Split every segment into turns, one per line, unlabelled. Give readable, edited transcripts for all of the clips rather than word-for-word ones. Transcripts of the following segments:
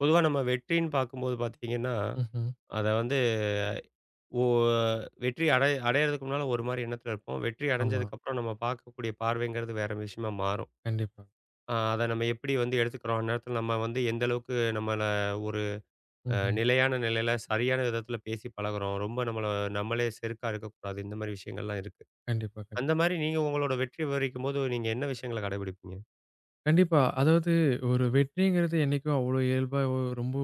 பொதுவா நம்ம வெற்றின்னு பார்க்கும்போது பார்த்தீங்கன்னா,
ம்ஹ்ம்.
அத வந்து ஒ வெற்றி அடையறதுக்கு முன்னால ஒரு மாரி எண்ணத்துல இருப்போம். வெற்றி
ஆமா.
அடைஞ்சதுக்கப்புறம் நம்ம பார்க்கக்கூடிய பார்வைங்கிறது வேற விஷயமா மாறும்.
கண்டிப்பா.
அத நம்ம எப்படி வந்து எடுத்துக்கிறோம், அந்நேரத்துல நம்ம வந்து எந்த அளவுக்கு நம்மள ஒரு
ம்ஹ்ம்.
நிலையான நிலையில சரியான விதத்துல பேசி பழகுறோம். ரொம்ப நம்மள நம்மளே செருக்கா இருக்கக்கூடாது. இந்த மாரி விஷயங்கள்லாம் இருக்கு.
கண்டிப்பா,
அந்த
கண்டிப்பா.
மாரி நீங்க உங்களோட வெற்றி விவரிக்கும்போது நீங்க என்ன விஷயங்கள கடைபிடிப்பீங்க?
கண்டிப்பா. அதாவது ஒரு வெற்றிங்கிறது என்னைக்கும் அவ்ளோ இயல்பா ரொம்ப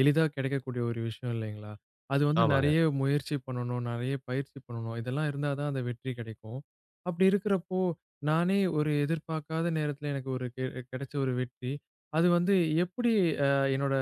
எளிதா கிடைக்கக்கூடிய ஒரு விஷயம் இல்லைங்களா? அது வந்து
ஆமாங்க.
நெறைய முயற்சி பண்ணணும், நெறைய பயிற்சி பண்ணணும். இதெல்லாம் இருந்தா தான் அந்த வெற்றி கிடைக்கும். அப்படி இருக்கிறப்போ, நானே ஒரு எதிர்பார்க்காத நேரத்துல எனக்கு ஒரு கெ கிடைச்ச ஒரு வெற்றி, அது வந்து எப்படி அ என்னோட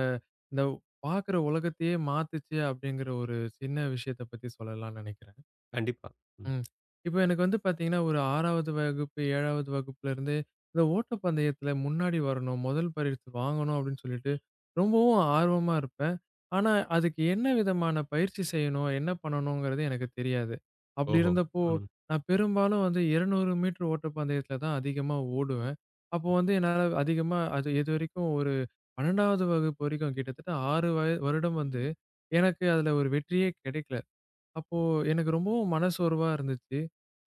இந்த பார்க்குற உலகத்தையே மாத்துச்சு அப்படிங்கிற ஒரு சின்ன விஷயத்த பத்தி சொல்லலாம்னு நெனைக்கிறேன்.
கண்டிப்பா. ம்.
ம். இப்ப எனக்கு வந்து பார்த்தீங்கன்னா, ஒரு 6வது வகுப்பு, 7வது வகுப்புலருந்தே, இந்த ஓட்டப்பந்தயத்துல முன்னாடி வரணும், முதல் பரிசு வாங்கணும் அப்படின்னு சொல்லிட்டு, ரொம்பவும் ஆர்வமா இருப்பேன். ஆனா, அதுக்கு என்ன விதமான பயிற்சி செய்யணும், என்ன பண்ணணுங்கிறது எனக்கு தெரியாது. அப்படி
ஓஹோ!
இருந்தப்போ,
ம்.
நான் பெரும்பாலும் வந்து 200 மீட்டர் ஓட்டப்பந்தயத்துல தான் அதிகமா ஓடுவேன். அப்போ வந்து என்னால அதிகமா அது இதுவரைக்கும் ஒரு 12வது வகுப்பு வரைக்கும் கிட்டத்தட்ட 6 வருடம் வந்து, எனக்கு அதுல ஒரு வெற்றியே கிடைக்கல. அப்போ எனக்கு ரொம்பவும் மனசோர்வா இருந்துச்சு.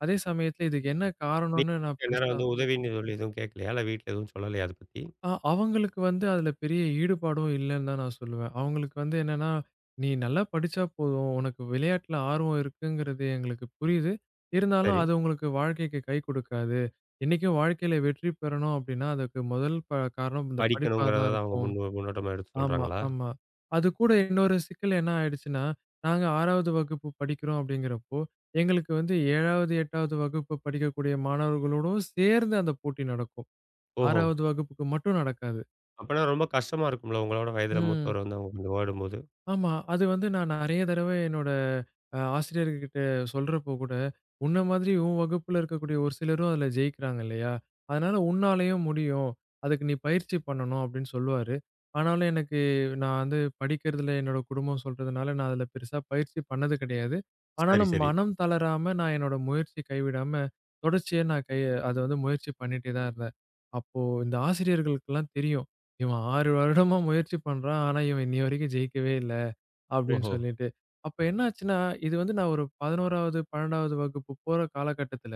அதே சமயத்துல இதுக்கு என்ன காரணம்னு நான்
நீங்க இந்நேரம்
பெருசா
வந்து உதவின்னு சொல்லி எதுவும் கேட்கலையா? இல்ல வீட்ல எதுவும் சொல்லலையா அத பத்தி?
அவங்களுக்கு வந்து அதுல பெரிய ஈடுபாடும் இல்லன்னு தான் நான் சொல்லுவேன். அவங்களுக்கு வந்து என்னன்னா, "நீ நல்லா படிச்சா போதும். உனக்கு விளையாட்டுல ஆர்வம் இருக்குங்கிறது எங்களுக்கு புரியுது. இருந்தாலும்
சரி.
அது உங்களுக்கு வாழ்க்கைக்கு கை கொடுக்காது. என்னைக்கும் வாழ்க்கையில வெற்றி பெறணும் அப்படின்னா, அதுக்கு முதல் காரணம் இந்த படிப்பா
படிக்கணுங்கிறத
தான்
தான் அவங்க
இருக்கும்."
முன்னோட்டமா எடுத்து
ஆமா,
சொல்றாங்களா?
ஆமா. அதுக்கூட இன்னொரு சிக்கல் என்ன ஆயிடுச்சுன்னா, நாங்க 6வது வகுப்பு படிக்கிறோம் அப்படிங்கிறப்போ, எங்களுக்கு வந்து 7வது, 8வது வகுப்பு படிக்கக்கூடிய மாணவர்களோடும் சேர்ந்து அந்த போட்டி நடக்கும்.
ஓஹோ!
6வது வகுப்புக்கு மட்டும் நடக்காது.
அப்பன்னா ரொம்ப கஷ்டமா இருக்கும்ல, உங்களோட வயதில
ம்.
மூத்தவர் வந்து அவங்க கொஞ்சம் ஓடும்போது.
ஆமா. அது வந்து நான் நெறைய தடவ என்னோட ஆசிரியர்கிட்ட சொல்றப்போ கூட, உன்ன மாதிரி உன் வகுப்புல இருக்கக்கூடிய ஒரு சிலரும் அதுல ஜெயிக்கிறாங்க இல்லையா? அதனால உன்னாலயும் முடியும். அதுக்கு நீ பயிற்சி பண்ணணும் அப்படின்னு சொல்லுவாரு. ஆனாலும் எனக்கு நான் வந்து படிக்கிறதுல என்னோட குடும்பம் சொல்றதுனால, நான் அதுல பெருசா பயிற்சி பண்ணது கிடையாது.
சரி,
ஆனாலும்
சரி.
மனம் தளராம நான் என்னோட முயற்சி கைவிடாம, தொடர்ச்சியா நான் கை அத வந்து முயற்சி பண்ணிட்டே தான் இருந்தேன். அப்போ இந்த ஆசிரியர்களுக்கெல்லாம் தெரியும். இவன் 6 வருடமா முயற்சி பண்றான். ஆனா இவன் இன்னிய வரைக்கும் ஜெயிக்கவே இல்ல. அப்படின்னு
ஓஹோ!
சொல்லிட்டு. அப்ப என்னாச்சுன்னா, இது வந்து நான் ஒரு 11வது, 12வது வகுப்பு போற காலகட்டத்தில,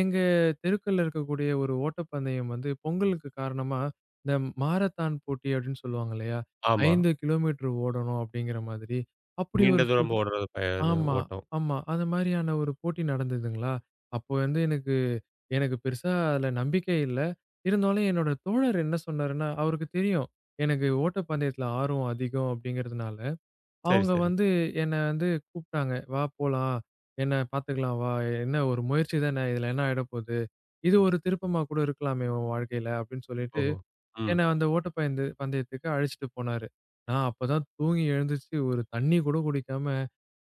எங்க தெருக்கள்ல இருக்கக்கூடிய ஒரு ஓட்டப்பந்தயம் வந்து பொங்கலுக்கு காரணமா, இந்த மாரத்தான் போட்டி அப்படின்னு சொல்லுவாங்க இல்லையா?
ஆமா.
5 கிலோமீட்டர் ஓடணும் அப்படிங்கிற மாதிரி. அப்படி
நீண்ட
ஒரு
தூரம்
போட்டி
ஓடுறது பயண
ஆமா,
ஓட்டம்.
ஆமா. அந்த மாரியான ஒரு போட்டி நடந்ததுங்களா, அப்போ வந்து எனக்கு எனக்கு பெருசா அதில நம்பிக்கை இல்ல. இருந்தாலும் என்னோட தோழர் என்ன சொன்னாருன்னா, அவருக்கு தெரியும். எனக்கு ஓட்டப்பந்தயத்தில ஆர்வம் அதிகம் அப்படிங்கிறதுனால,
சரி,
அவங்க
சரி.
வந்து என்ன வந்து கூப்பிட்டாங்க. "வா போலாம். என்ன பார்த்துக்கலாம் வா. என்ன ஒரு முயற்சி தானே. இதுல என்ன ஆயிடப்போது. இது ஒரு திருப்பமா கூட இருக்கலாமே உன் வாழ்க்கையில" அப்படின்னு சொல்லிட்டு
ஓஹோ! ம்.
என்ன அந்த பந்தயத்துக்கு அழைச்சுட்டு போனாரு. நான் அப்பதான் தூங்கி எழுந்துச்சு ஒரு தண்ணி கூட குடிக்காம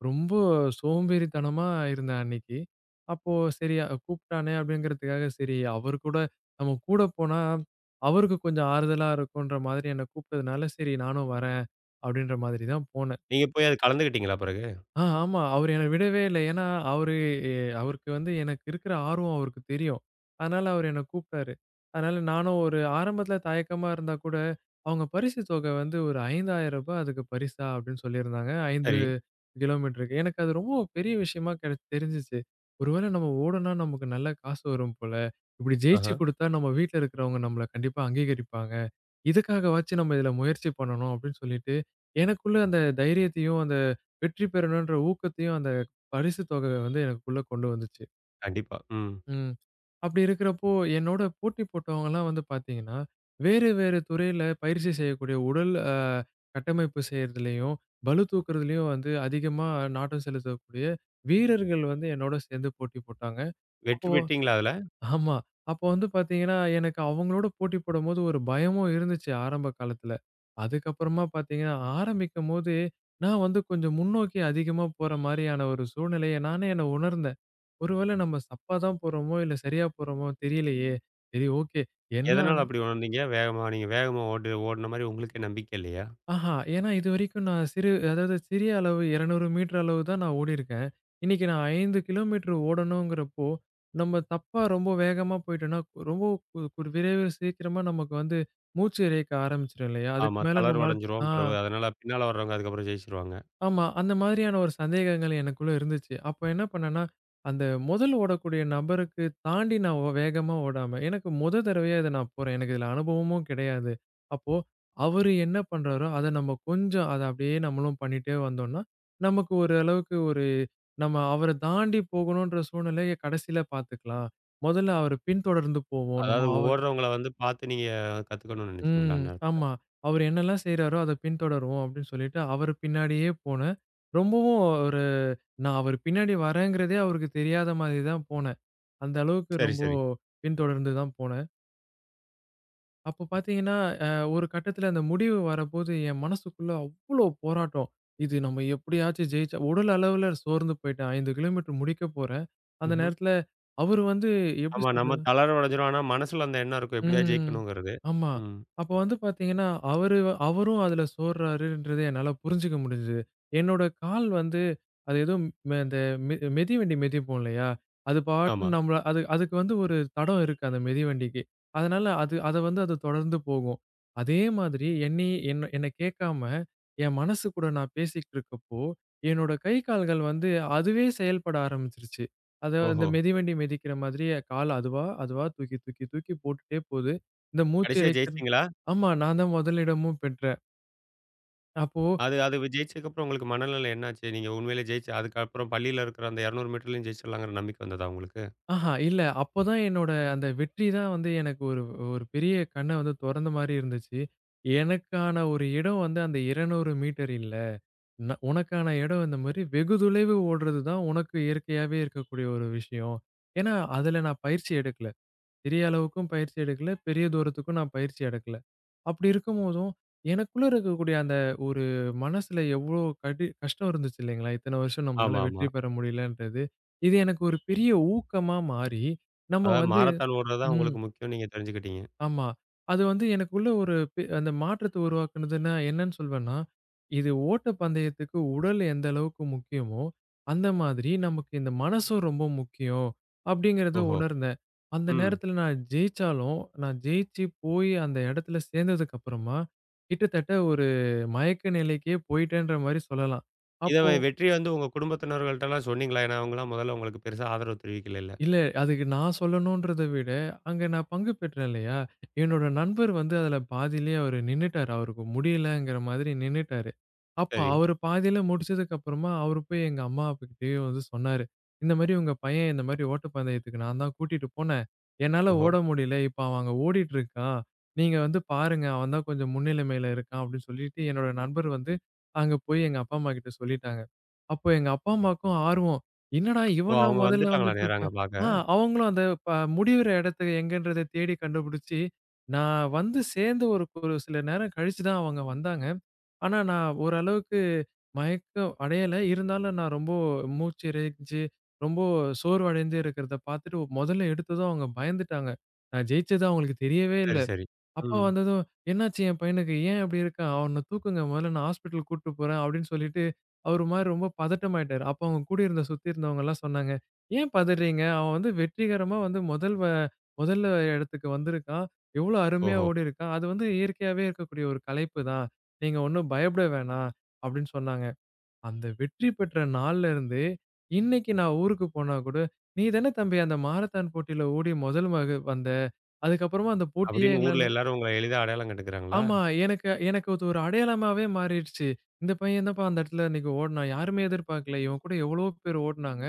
ரொம்ப சோம்பேறித்தனமா இருந்தேன் அன்னைக்கு. அப்போ கூப்பிட்டானே அப்படிங்கிறதுக்காக சரி அவரு கூட நம்ம கூட போனா அவருக்கு கொஞ்சம் ஆறுதலா இருக்குன்ற மாதிரி என்ன கூப்பிட்டதுனால சரி நானும் வரேன் அப்படின்ற மாதிரி தான் போனேன்.
நீங்க போய் அது கலந்துக்கிட்டீங்களா பிறகு?
ஆமா. அவரு என்ன விடவே இல்ல. ஏன்னா, அவரு எ அவருக்கு வந்து எனக்கு இருக்கிற ஆர்வம் அவருக்கு தெரியும். அதனால அவரு என்ன கூப்பிட்டாரு. அதனால நானும் ஒரு ஆரம்பத்தில தயக்கமா இருந்தா கூட, அவங்க பரிசு தொகை வந்து ஒரு ரூ. 5,000 அதுக்கு பரிசா அப்படின்னு சொல்லியிருந்தாங்க. 5
சரி.
கிலோமீட்டருக்கு. எனக்கு அது ரொம்ப பெரிய விஷயமா கெட தெரிஞ்சுச்சு. ஒருவேளை நம்ம ஓடுனா நமக்கு நல்ல காசு வரும் போல. இப்படி ஜெயிச்சு
ஆஹா.
குடுத்தா நம்ம வீட்ல இருக்கிறவங்க நம்மள கண்டிப்பா அங்கீகரிப்பாங்க. இதுக்காகவாச்சும் நம்ம இதில முயற்சி பண்ணணும் அப்படின்னு சொல்லிட்டு, எனக்குள்ள அந்த தைரியத்தையும், அந்த வெற்றி பெறணுன்ற ஊக்கத்தையும் அந்த பரிசு தொகை வந்து எனக்குள்ள கொண்டு வந்துச்சு.
கண்டிப்பா. ம்.
ம். அப்படி இருக்கிறப்போ, என்னோட போட்டி போட்டவங்கலாம் வந்து பார்த்தீங்கன்னா, வேறு வேறு துறையில பயிற்சி செய்யக்கூடிய உடல் அ கட்டமைப்பு செய்றதுலயும், பளு தூக்குறதுலயும் வந்து அதிகமா நாட்டம் செலுத்தக்கூடிய வீரர்கள் வந்து என்னோட சேர்ந்து போட்டி போட்டாங்க.
வெற்றி
அப்போ
பெற்றீங்களா அதுல?
ஆமா. அப்போ வந்து பார்த்தீங்கன்னா, எனக்கு அவங்களோட போட்டி போடும்போது ஒரு பயமும் இருந்துச்சு ஆரம்ப காலத்துல. அதுக்கப்புறமா பார்த்தீங்கன்னா, ஆரம்பிக்கும்போது நான் வந்து கொஞ்சம் முன்னோக்கி அதிகமா போற மாரியான ஒரு சூழ்நிலைய நானே என்ன உணர்ந்தேன். ஒருவேள நம்ம தப்பா தான் போறோமோ! இல்ல சரியா போறோமோ! தெரியலையே! சரி ஓகே. என்ன
எதனால அப்படி உணர்ந்தீங்க? வேகமா நீங்க வேகமா ஓடுன மாரி உங்களுக்கே நம்பிக்கை இல்லையா?
ஆஹா! ஏன்னா இதுவரைக்கும் நான் சிறு அதாவது சிறிய அளவு 200 மீட்டர் அளவு தான் நான் ஓடியிருக்கேன். இன்னைக்கு நான் 5 கிலோமீட்டர் ஓடணுங்கிறப்போ, நம்ம தப்பா ரொம்ப வேகமா போயிட்டோம்னா, கு- ரொம்ப கு கு விரைவு சீக்கிரமா நமக்கு வந்து மூச்சு இரைக்க ஆரம்பிச்சுரும் இல்லையா? அதுக்கு
ஆமா.
மேல நம்மளால
தளர்வடைஞ்சிருவோம்
ஆ.
பிறவு. அதனால பின்னால வர்றவங்க அதுக்கப்புறம் ஜெயிச்சுருவாங்க.
ஆமா. அந்த மாதிரியான ஒரு சந்தேகங்கள் எனக்குள்ள இருந்துச்சு. அப்போ என்ன பண்ணேன்னா, அந்த முதல் ஓடக்கூடிய நபருக்கு தாண்டி நான் வேகமா ஓடாம, எனக்கு முத தடவையா இத நான் போறேன். எனக்கு இதுல அனுபவமும் கிடையாது. அப்போ அவரு என்ன பண்றாரோ, அத நம்ம கொஞ்சம் அத அப்படியே நம்மளும் பண்ணிட்டே வந்தோம்னா, நமக்கு ஒரு அளவுக்கு ஒரு நம்ம அவர தாண்டி போகணுன்ற சூழ்நிலைய கடைசியில பார்த்துக்கலாம். முதல்ல அவர பின்தொடர்ந்து போவோம். நம்ம
அதாவது
அவ
ஓடுறவங்கள வந்து பார்த்து நீங்க கத்துக்கணும்னு நினைச்சீங்களா
ம்.
அந்நேரத்துல?
ஆமா. அவரு என்னலாம் செய்றாரோ, அத பின்தொடருவோம் அப்படின்னு சொல்லிட்டு, அவரு பின்னாடியே போனேன். ரொம்பவும் ஒரு நான் அவரு பின்னாடி வரேங்கிறதே அவருக்கு தெரியாத மாதிரி தான் போனேன். அந்த அளவுக்கு
சரி,
ரொம்ப
சரி.
பின்தொடர்ந்து தான் போனேன். அப்ப பார்த்தீங்கன்னா, அ ஒரு கட்டத்தில அந்த முடிவு வரப்போது, என் மனசுக்குள்ள அவ்ளோ போராட்டம். இது நம்ம எப்படியாச்சும் ஜெயிச்சா உடல் அளவுல சோர்ந்து போயிட்டேன். 5 கிலோமீட்டர் முடிக்க போறேன். அந்த
ம்ஹ்ம்.
நேரத்தில அவரு வந்து எப்படி
ஆமா. நம்ம
சொல்றது?
தளர உடைஞ்சிரும். ஆனா, மனசுல அந்த எண்ணம் இருக்கும். எப்படியாவது
ம்.
ஜெயிக்கணுங்கிறது.
ஆமா.
ம்.
அப்போ வந்து பார்த்தீங்கன்னா, அவரு அவரும் அதுல சோர்றாருன்றது என்னால புரிஞ்சுக்க முடிஞ்சுது. என்னோட கால் வந்து அது ஏதோ ம் இந்த மெ மிதிவண்டி மிதிப்போம் இல்லையா? அது
ஆமா.
பாட்டுன்னு நம்மள அது அதுக்கு வந்து ஒரு தடம் இருக்கு அந்த மிதிவண்டிக்கு. அதனால அது அத வந்து அது தொடர்ந்து போகும். அதே மாதிரி என்னை என்ன என்ன கேட்காம என் மனசு கூட நான் பேசிக்கிட்டு இருக்கப்போ, என்னோட கை, கால்கள் வந்து அதுவே செயல்பட ஆரம்பிச்சுருச்சு. அத அந்த
ஓஹோ!
மிதிவண்டி மிதிக்கிற மாதிரி கால அதுவா, அதுவா தூக்கி, தூக்கி, தூக்கி போட்டுட்டே போது. இந்த மூச்சு
கடைசியா
இரைச்சல்
ஜெயிச்சீங்களா?
ஆமா. நான் தான் முதலிடமும் பெற்றேன். அப்போ
அது அது ஜெயிச்சதுக்கப்புறம் உங்களுக்கு மனநிலை என்னாச்சு? நீங்க உண்மையிலே ஜெயிச்சு அதுக்கப்புறம் பள்ளியில இருக்கிற அந்த 200 மீட்டர்லயும் ஜெயிச்சிடலாங்கிற நம்பிக்கை வந்ததா உங்களுக்கு?
ஆஹா இல்ல. அப்ப தான் என்னோட அந்த வெற்றி தான் வந்து எனக்கு ஒரு ஒரு பெரிய கண்ண வந்து தொறந்த மாரி இருந்துச்சு. எனக்கான ஒரு இடம் வந்து அந்த 200 மீட்டர் இல்ல. உனக்கான இடம் இந்த மாரி வெகு தொலைவு ஓடுறது தான் உனக்கு இயற்கையாவே இருக்கக்கூடிய ஒரு விஷயம். ஏன்னா, அதுல நான் பயிற்சி எடுக்கல. பெரிய அளவுக்கும் பயிற்சி எடுக்கல. பெரிய தூரத்துக்கும் நான் பயிற்சி எடுக்கல. அப்படி இருக்கும்போதும், எனக்குள்ள இருக்கக்கூடிய அந்த ஒரு மனசுல எவ்வளோ கஷ்டம் இருந்துச்சு இல்லைங்களா? இத்தன வருஷம் நம்மளால
ஆமாமா.
வெற்றி பெற முடியலன்றது. இது எனக்கு ஒரு பெரிய ஊக்கமா மாறி, நம்ம
அதாவது
வந்து
மாரத்தான் ஓடுறது தான்
ம்.
உங்களுக்கு முக்கியம்னு நீங்க தெரிஞ்சுக்கிட்டீங்க.
ஆமா. அது வந்து எனக்குள்ள ஒரு பெ அந்த மாற்றத்த உருவாக்குனதுன்னா என்னன்னு சொல்வேன்னா, இது ஓட்டப்பந்தயத்துக்கு உடல் எந்த அளவுக்கு முக்கியமோ, அந்த மாதிரி நமக்கு இந்த மனசும் ரொம்ப முக்கியம் அப்படிங்கிறத
ஓஹோ!
உணர்ந்தேன். அந்த
ம்.
நேரத்துல நான் ஜெயிச்சாலும், நான் ஜெயிச்சு போய் அந்த இடத்துல சேர்ந்ததுக்கு அப்புறமா, கிட்டத்தட்ட ஒரு மயக்க நிலைக்கே போயிட்டேன்ற மாரி சொல்லலாம்.
இத
அப்போ
வெற்றிய வந்து உங்க குடும்பத்தினர்கள்ட்டலாம் சொன்னீங்களா? ஏன்னா, அவங்கலாம் முதல்ல உங்களுக்கு பெருசா ஆதரவு தெரிவிக்கலைல்ல.
இல்ல. அதுக்கு நான் சொல்லணும்ன்றத விட, அங்க நான் பங்கு பெற்றேன் இல்லையா? என்னோட நண்பர் வந்து அதுல பாதியிலேயே அவரு நின்னுட்டாரு. அவருக்கு முடியலங்கிற மாதிரி நின்னுட்டாரு. அப்போ
சரி.
அவரு பாதியில முடிச்சதுக்கு அப்புறமா, அவரு போய் எங்க அம்மா அப்பகிட்டயே வந்து சொன்னாரு. இந்த மாரி உங்க பையன் இந்த மாரி ஓட்டப்பந்தயத்துக்கு நான் தான் கூட்டிட்டு போனேன். என்னால
ஓஹோ!
ஓட முடியல. இப்ப அவன் அங்க ஓடிட்டு இருக்கான். நீங்க வந்து பாருங்க. அவன் தான் கொஞ்சம் முன்னிலைமையில இருக்கான் அப்படின்னு சொல்லிட்டு, என்னோட நண்பர் வந்து அங்க போய் எங்க அப்பா, அம்மா கிட்ட சொல்லிட்டாங்க. அப்போ எங்க அப்பா, அம்மாவுக்கும் ஆர்வம். என்னடா
ஓ!
இவனா
அவங்க
முதல்ல
வந்துட்டாங்களா
வந்துட்டு
நேரா அங்க
இருக்கான். ஆ
பார்க்க?
அவங்களும் அந்த ப முடியிற இடத்த எங்கன்றத தேடி கண்டுபிடிச்சு, நான் வந்து சேர்ந்து ஒரு ஒரு சில நேரம் கழிச்சு தான் அவங்க வந்தாங்க. ஆனா, நான் ஓரளவுக்கு மயக்கம் அடையல. இருந்தாலும் நான் ரொம்ப மூச்சு இரைச்சு, ரொம்ப சோர்வடைந்து இருக்கிறத பார்த்துட்டு முதல்ல எடுத்ததும் அவங்க பயந்துட்டாங்க. நான் ஜெயிச்சது அவங்களுக்கு தெரியவே இல்ல.
சரி, சரி.
அப்பா
ம்.
வந்ததும், "என்னாச்சு என் பையனுக்கு? ஏன் அப்படி இருக்கான்? அவன தூக்குங்க முதல்ல நான் ஹாஸ்பிட்டல் கூட்டு போறேன்" அப்படின்னு சொல்லிட்டு, அவரு மாரி ரொம்ப பதட்டமாயிட்டாரு. அப்ப அவங்க கூட இருந்த சுத்தி இருந்தவங்கலாம் சொன்னாங்க, "ஏன் பதறீங்க? அவன் வந்து வெற்றிகரமா வந்து முதல்ல இடத்துக்கு வந்திருக்கான். எவ்வளோ அருமையா
ஓஹோ!
ஓடியிருக்கான். அது வந்து இயற்கையாவே இருக்கக்கூடிய ஒரு களைப்பு தான். நீங்க ஒண்ணும் பயப்பட வேணாம்" அப்படின்னு சொன்னாங்க. அந்த வெற்றி பெற்ற நாள்ல இருந்து, இன்னைக்கு நான் ஊருக்கு போனா கூட, "நீ தானே தம்பி அந்த மாரத்தான் போட்டியில ஓடி முதல் மக வந்த. அதுக்கப்புறமா அந்த போட்டியே
அப்படின்னு ஊர்ல
எங்களால"
எல்லாரும் உங்கள எளிதா அடையாளம் கண்டுக்கிறாங்களா?
ஆமா. எனக்கு எனக்கு அது ஒரு அடையாளமாவே மாறிடுச்சு. இந்த பையன் தான்ப்பா அந்த இடத்துல அன்னைக்கு ஓடுனான். யாருமே எதிர்பார்க்கல. இவன் கூட எவ்வளவோ பேர் ஓடுனாங்க.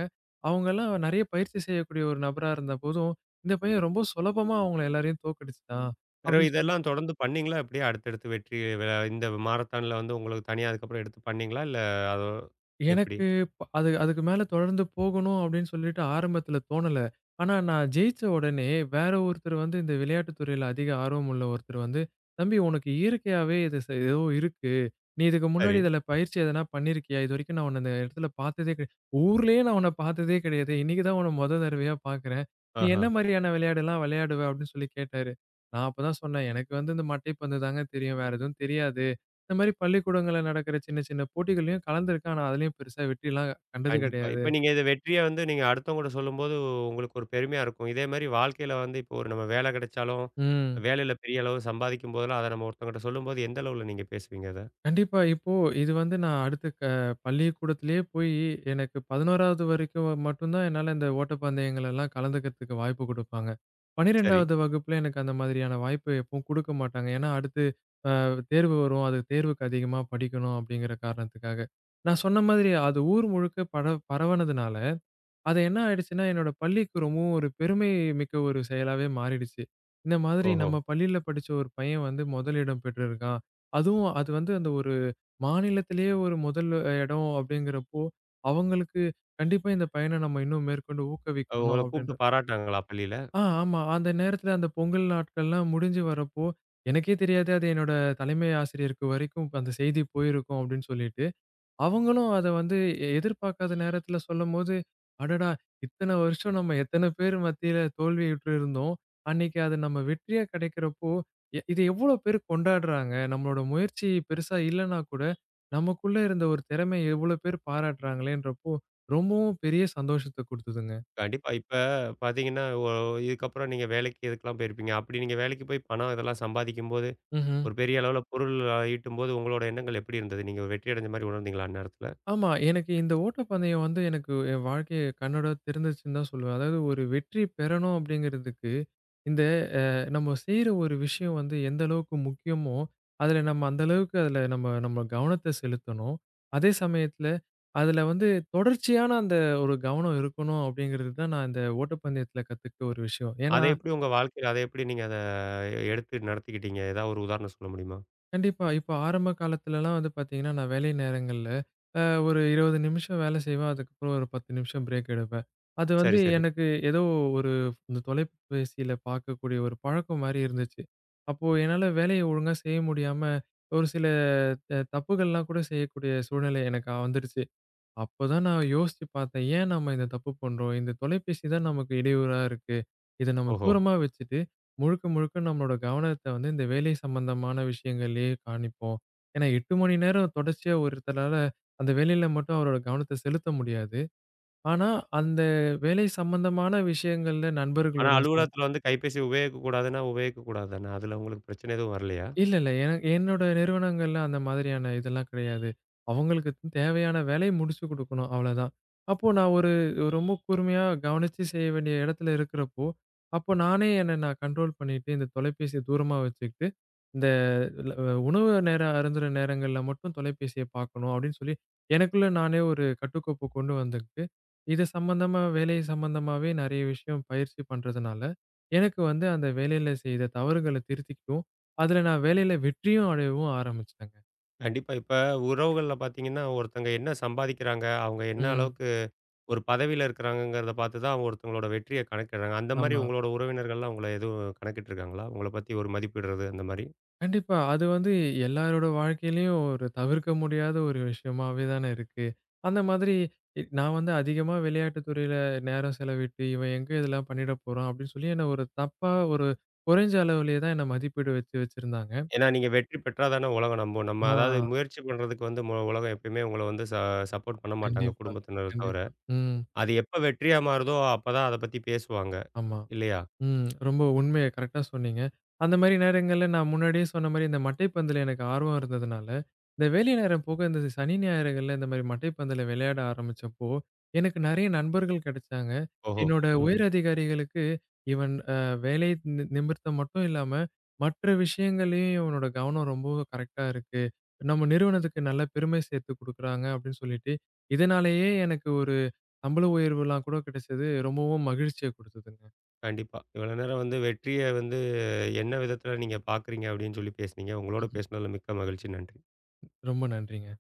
அவங்கலாம் நெறைய பயிற்சி செய்யக்கூடிய ஒரு நபரா இருந்தபோதும், இந்த பையன் ரொம்ப சுலபமா அவங்கள எல்லாரையும் தோற்கடிச்சுட்டான்.
பிறவு
அப்படின்னு
இதெல்லாம் தொடர்ந்து பண்ணீங்களா? எப்படியே அடுத்தடுத்து வெற்றி விழ இந்த மாரத்தான்ல வந்து உங்களுக்கு தனியா அதுக்கப்புறம் எடுத்து பண்ணீங்களா? இல்ல அதோ எப்படி?
எனக்கு ப அது அதுக்கு மேல தொடர்ந்து போகணும் அப்படின்னு சொல்லிட்டு ஆரம்பத்துல தோணல. ஆனா நான் ஜெயிச்ச உடனே வேற ஒருத்தர் வந்து இந்த விளையாட்டுத் துறையில அதிக ஆர்வம் உள்ள ஒருத்தர் வந்து, "தம்பி உனக்கு இயற்கையாவே இது ச ஏதோ இருக்கு. நீ இதுக்கு முன்னாடி
சரி.
இதுல பயிற்சி எதனா பண்ணியிருக்கியா? இதுவரைக்கும் நான் உன்ன இந்த இடத்துல பார்த்ததே கிடையாது. ஊர்லயே நான் உன்ன பார்த்ததே கிடையாது. இன்னைக்கு தான் உன்ன மொத தடவையா பார்க்கிறேன். நீ
ஆஹா.
என்ன மாதிரியான விளையாடெல்லாம் விளையாடுவ?" அப்படின்னு சொல்லி கேட்டாரு. நான் அப்பதான் சொன்னேன், "எனக்கு வந்து இந்த மட்டைப்பந்து தாங்க தெரியும். வேற எதுவும் தெரியாது. இந்த மாரி பள்ளிக்கூடங்கள்ல நடக்கிற சின்ன, சின்ன போட்டிகள்லயும் கலந்துருக்கேன். ஆனா, அதுலயும் பெருசா வெற்றிலாம் கண்டது
கண்டிப்பா.
கிடையாது.
இப்ப நீங்க இத வெற்றிய வந்து நீங்க அடுத்தவங்கட்ட சொல்லும்போது, உங்களுக்கு ஒரு பெருமையா இருக்கும். இதே மாரி வாழ்க்கையில வந்து இப்போ ஒரு நம்ம வேலை கிடைச்சாலும்,
ம்.
வேலையில பெரிய அளவு சம்பாதிக்கும் போதெல்லாம், அத நம்ம ஒருத்தவங்கட்ட சொல்லும்போது, எந்த அளவுல நீங்க பேசுவீங்க அத?
கண்டிப்பா. இப்போ இது வந்து நான் அடுத்து க பள்ளிக்கூடத்திலேயே போயி எனக்கு 11வது வரைக்கும் மட்டும் தான் என்னால இந்த ஓட்டப்பந்தயங்கள் எல்லாம் கலந்துக்கிறதுக்கு வாய்ப்பு குடுப்பாங்க.
சரி.
12வது வகுப்புல எனக்கு அந்த மாதிரியான வாய்ப்பு எப்பவும் குடுக்க மாட்டாங்க. ஏன்னா, அடுத்து அ தேர்வு வரும். அது தேர்வுக்கு அதிகமா படிக்கணும் அப்படிங்கிற காரணத்துக்காக. நான் சொன்ன மாதிரி அது ஊர் முழுக்க பரவனதுனால அது என்ன ஆயிடுச்சுன்னா, என்னோட பள்ளிக்கு ரொம்பவும் ஒரு பெருமை மிக்க ஒரு செயலாவே மாறிடுச்சு. இந்த மாதிரி
ஓஹோ!
நம்ம பள்ளியில படிச்ச ஒரு பையன் வந்து முதலிடம் பெற்றிருக்கான். அதுவும் அது வந்து அந்த ஒரு மாநிலத்திலேயே ஒரு முதல் இடம் அப்படிங்கிறப்போ, அவங்களுக்கு கண்டிப்பா இந்த பையன நம்ம இன்னும் மேற்கொண்டு
உங்கள
ஊக்குவிக்கணும்
கூப்ட்டு
அப்படின்ற
பாராட்டுனாங்களா பள்ளியில?
ஆமா. அந்த நேரத்தில அந்த பொங்கல் நாட்கள்லாம் முடிஞ்சு வரப்போ, எனக்கே தெரியாது அது என்னோட தலைமை ஆசிரியருக்கு வரைக்கும் அந்த செய்தி போயிருக்கும் அப்படின்னு சொல்லிட்டு. அவங்களும் அத வந்து எதிர்பார்க்காத நேரத்துல சொல்லும்போது, அடடா! இத்தன வருஷம் நம்ம எத்தன பேர் மத்தியில தோல்வியுற்று இருந்தோம். அன்னைக்கு அது நம்ம வெற்றியா கிடைக்கிறப்போ, இது எவ்வளோ பேர் கொண்டாடுறாங்க. நம்மளோட முயற்சி பெருசா இல்லன்னா கூட, நமக்குள்ள இருந்த ஒரு திறமைய எவ்வளோ பேர் பாராட்டுறாங்களேன்றப்போ, ரொம்பவும் பெரிய சந்தோஷத்த குடுத்ததுங்க.
கண்டிப்பா. இப்ப பாத்தீங்கன்னா, இதுக்கப்புறம் நீங்க வேலைக்கு இதுக்கெல்லாம் போயிருப்பீங்க. அப்படி நீங்க வேலைக்கு போய் பணம் இதெல்லாம் சம்பாதிக்கும்போது
ம்ஹ்ம்.
ஒரு பெரிய அளவுல பொருள் ஈட்டும்போது உங்களோட எண்ணங்கள் எப்படி இருந்தது? நீங்க ஒரு வெற்றி அடைஞ்ச மாரி உணர்ந்தீங்களா அந்நேரத்துல?
ஆமா. எனக்கு இந்த ஓட்டப்பந்தயம் வந்து எனக்கு என் வாழ்க்கைய கண்ணோட திறந்துச்சுன்னு தான் சொல்லுவேன். அதாவது ஒரு வெற்றி பெறணும் அப்படிங்கிறதுக்கு இந்த அ நம்ம செய்ற ஒரு விஷயம் வந்து எந்த அளவுக்கு முக்கியமோ, அதுல நம்ம அந்த அளவுக்கு அதுல நம்ம நம்ம கவனத்த செலுத்தணும். அதே சமயத்துல, அதுல வந்து தொடர்ச்சியான அந்த ஒரு கவனம் இருக்கணும் அப்படிங்கிறது தான் நான் இந்த ஓட்டப்பந்தயத்துல கத்துக்கிட்ட ஒரு விஷயம்.
அத
ஏன்னா
எப்படி உங்க வாழ்க்கையில அத எப்படி நீங்க அத எடுத்து நடத்திக்கிட்டீங்க? ஏதாவது ஒரு உதாரணம் சொல்ல முடியுமா?
கண்டிப்பா. இப்ப ஆரம்ப காலத்துலலாம் வந்து பார்த்தீங்கன்னா, நான் வேலை நேரங்கள்ல அ ஒரு 20 நிமிஷம் வேலை செய்வேன். அதுக்கப்புறம் ஒரு 10 நிமிஷம் பிரேக் எடுப்பேன். அது வந்து
சரி, சரி.
எனக்கு ஏதோ ஒரு இந்த தொலைபேசியில பார்க்கக்கூடிய ஒரு பழக்கம் மாரி இருந்துச்சு. அப்போ என்னால வேலைய ஒழுங்கா செய்ய முடியாம, ஒரு சில தப்புகள்லாம் கூட செய்யக்கூடிய சூழ்நிலை எனக்கு வந்துடுச்சு. அப்பதான் நான் யோசிச்சு பார்த்தேன். ஏன் நம்ம இந்த தப்பு பண்றோம்? இந்த தொலைபேசி தான் நமக்கு இடையூறா இருக்கு. இத நம்ம
ஓஹோ!
தூரமா வச்சுட்டு, முழுக்க முழுக்க நம்மளோட கவனத்த வந்து இந்த வேலை சம்பந்தமான விஷயங்கள்லயே காண்பிப்போம். ஏன்னா 8 மணி நேரம் தொடர்ச்சியா ஒருத்தரால அந்த வேலையில மட்டும் அவரோட கவனத்த செலுத்த முடியாது. ஆனா, அந்த வேலை சம்பந்தமான விஷயங்கள்ல
ஆனா
நண்பர்களுடன் சம்
அலுவலகத்துல வந்து கைபேசி உபயோகிக்கக்கூடாதுன்னா, உபயோகிக்கக்கூடாது தானே. அதுல உங்களுக்கு பிரச்சனை எதுவும் வரலையா?
இல்ல, இல்ல. என்னோட நிறுவனங்கள்ல அந்த மாதிரியான இதெல்லாம் கிடையாது. அவங்களுக்கு தேவையான வேலைய முடிச்சு குடுக்கணும், அவ்வளதான். அப்போ நான் ஒரு ரொம்ப கூர்மையா கவனிச்சு செய்ய வேண்டிய இடத்துல இருக்கிறப்போ, அப்போ நானே என்ன நான் கண்ட்ரோல் பண்ணிட்டு, இந்த தொலைபேசிய தூரமா வச்சுக்கிட்டு, இந்த ல உணவு நேரம் அருந்துற நேரங்கள்ல மட்டும் தொலைபேசிய பார்க்கணும் அப்படின்னு சொல்லி, எனக்குள்ள நானே ஒரு கட்டுக்கோப்ப கொண்டு வந்துக்கிட்டு, இது சம்பந்தமா வேலை சம்பந்தமாவே நெறைய விஷயம் பயிற்சி பண்றதுனால, எனக்கு வந்து அந்த வேலையில செய்த தவறுகள திருத்திக்கவும் அதுல நான் வேலையில வெற்றியும் அடையவும் ஆரம்பிச்சுட்டேங்க.
கண்டிப்பா. இப்ப உறவுகள்ல பார்த்தீங்கன்னா, ஒருத்தங்க என்ன சம்பாதிக்கிறாங்க, அவங்க என்ன
ம்.
அளவுக்கு ஒரு பதவியில இருக்கிறாங்கங்கிறத பார்த்து தான் ஒருத்தங்களோட வெற்றிய கணக்கிடுறாங்க. அந்த மாரி
ஆமா.
உங்களோட உறவினர்கள்லாம் உங்கள எதுவும் கணக்கிட்டுருக்காங்களா? உங்கள பத்தி ஒரு மதிப்பிடுறது அந்த மாரி?
கண்டிப்பா. அது வந்து எல்லாரோட வாழ்க்கையிலயும் ஒரு தவிர்க்க முடியாத ஒரு விஷயமாவே தானே இருக்கு. அந்த மாதிரி நான் வந்து அதிகமா விளையாட்டுத் துறையில நேரம் செலவிட்டு, இவன் எங்க இதெல்லாம் பண்ணிட போறான் அப்படின்னு சொல்லி என்ன ஒரு தப்பா ஒரு குறைஞ்ச அளவிலேயே தான் என்ன மதிப்பீடு வச்சு வச்சிருந்தாங்க.
ஏன்னா, நீங்க வெற்றி பெற்றா தானே உலகம் நம்பும். நம்ம
ஆ.
அதாவது முயற்சி பண்றதுக்கு வந்து உலகம் எப்பயுமே உங்கள வந்து சப்போர்ட் பண்ண மாட்டாங்க,
கண்டிப்பா,
குடும்பத்தினர் தவிர.
கண்டிப்பா. ம்.
அது எப்ப வெற்றியா மாறுதோ, அப்பதான் அத பத்தி பேசுவாங்க.
ஆமா.
இல்லையா?
ம். ரொம்ப உண்மைய கரெக்ட்டா சொன்னீங்க. அந்த மாரி நேரங்கள்ல நான் முன்னாடியே சொன்ன மாரி இந்த மட்டைப்பந்துல எனக்கு ஆர்வம் இருந்ததுனால, இந்த வேலை நேரம் போக இந்த சனி, ஞாயிறுகள்ல இந்த மாரி மட்டைப்பந்துல விளையாட ஆரம்பிச்சப்போ, எனக்கு நெறைய நண்பர்கள் கிடைச்சாங்க.
ஓஹோ!
என்னோட
ம்.
உயர் அதிகாரிகளுக்கு இவன் அ வேலை நி நிமிர்த்தம் மட்டும் இல்லாம, மற்ற விஷயங்கள்லயும் இவனோட கவனம் ரொம்பவும் கரெக்ட்டா இருக்கு. நம்ம நிறுவனத்துக்கு நல்ல பெருமை சேர்த்து குடுக்குறாங்க அப்படின்னு சொல்லிட்டு, இதனாலேயே எனக்கு ஒரு சம்பள உயர்வுலாம் கூட கிடைச்சது ரொம்பவும் மகிழ்ச்சிய குடுத்ததுங்க.
கண்டிப்பா. இவ்வளோ நேரம் வந்து வெற்றிய வந்து என்ன விதத்தில நீங்க பார்க்குறீங்க? அப்படின்னு சொல்லி பேசுனீங்க. உங்களோட பேசுனதில மிக்க மகிழ்ச்சி. நன்றி.
ரொம்ப நன்றிங்க.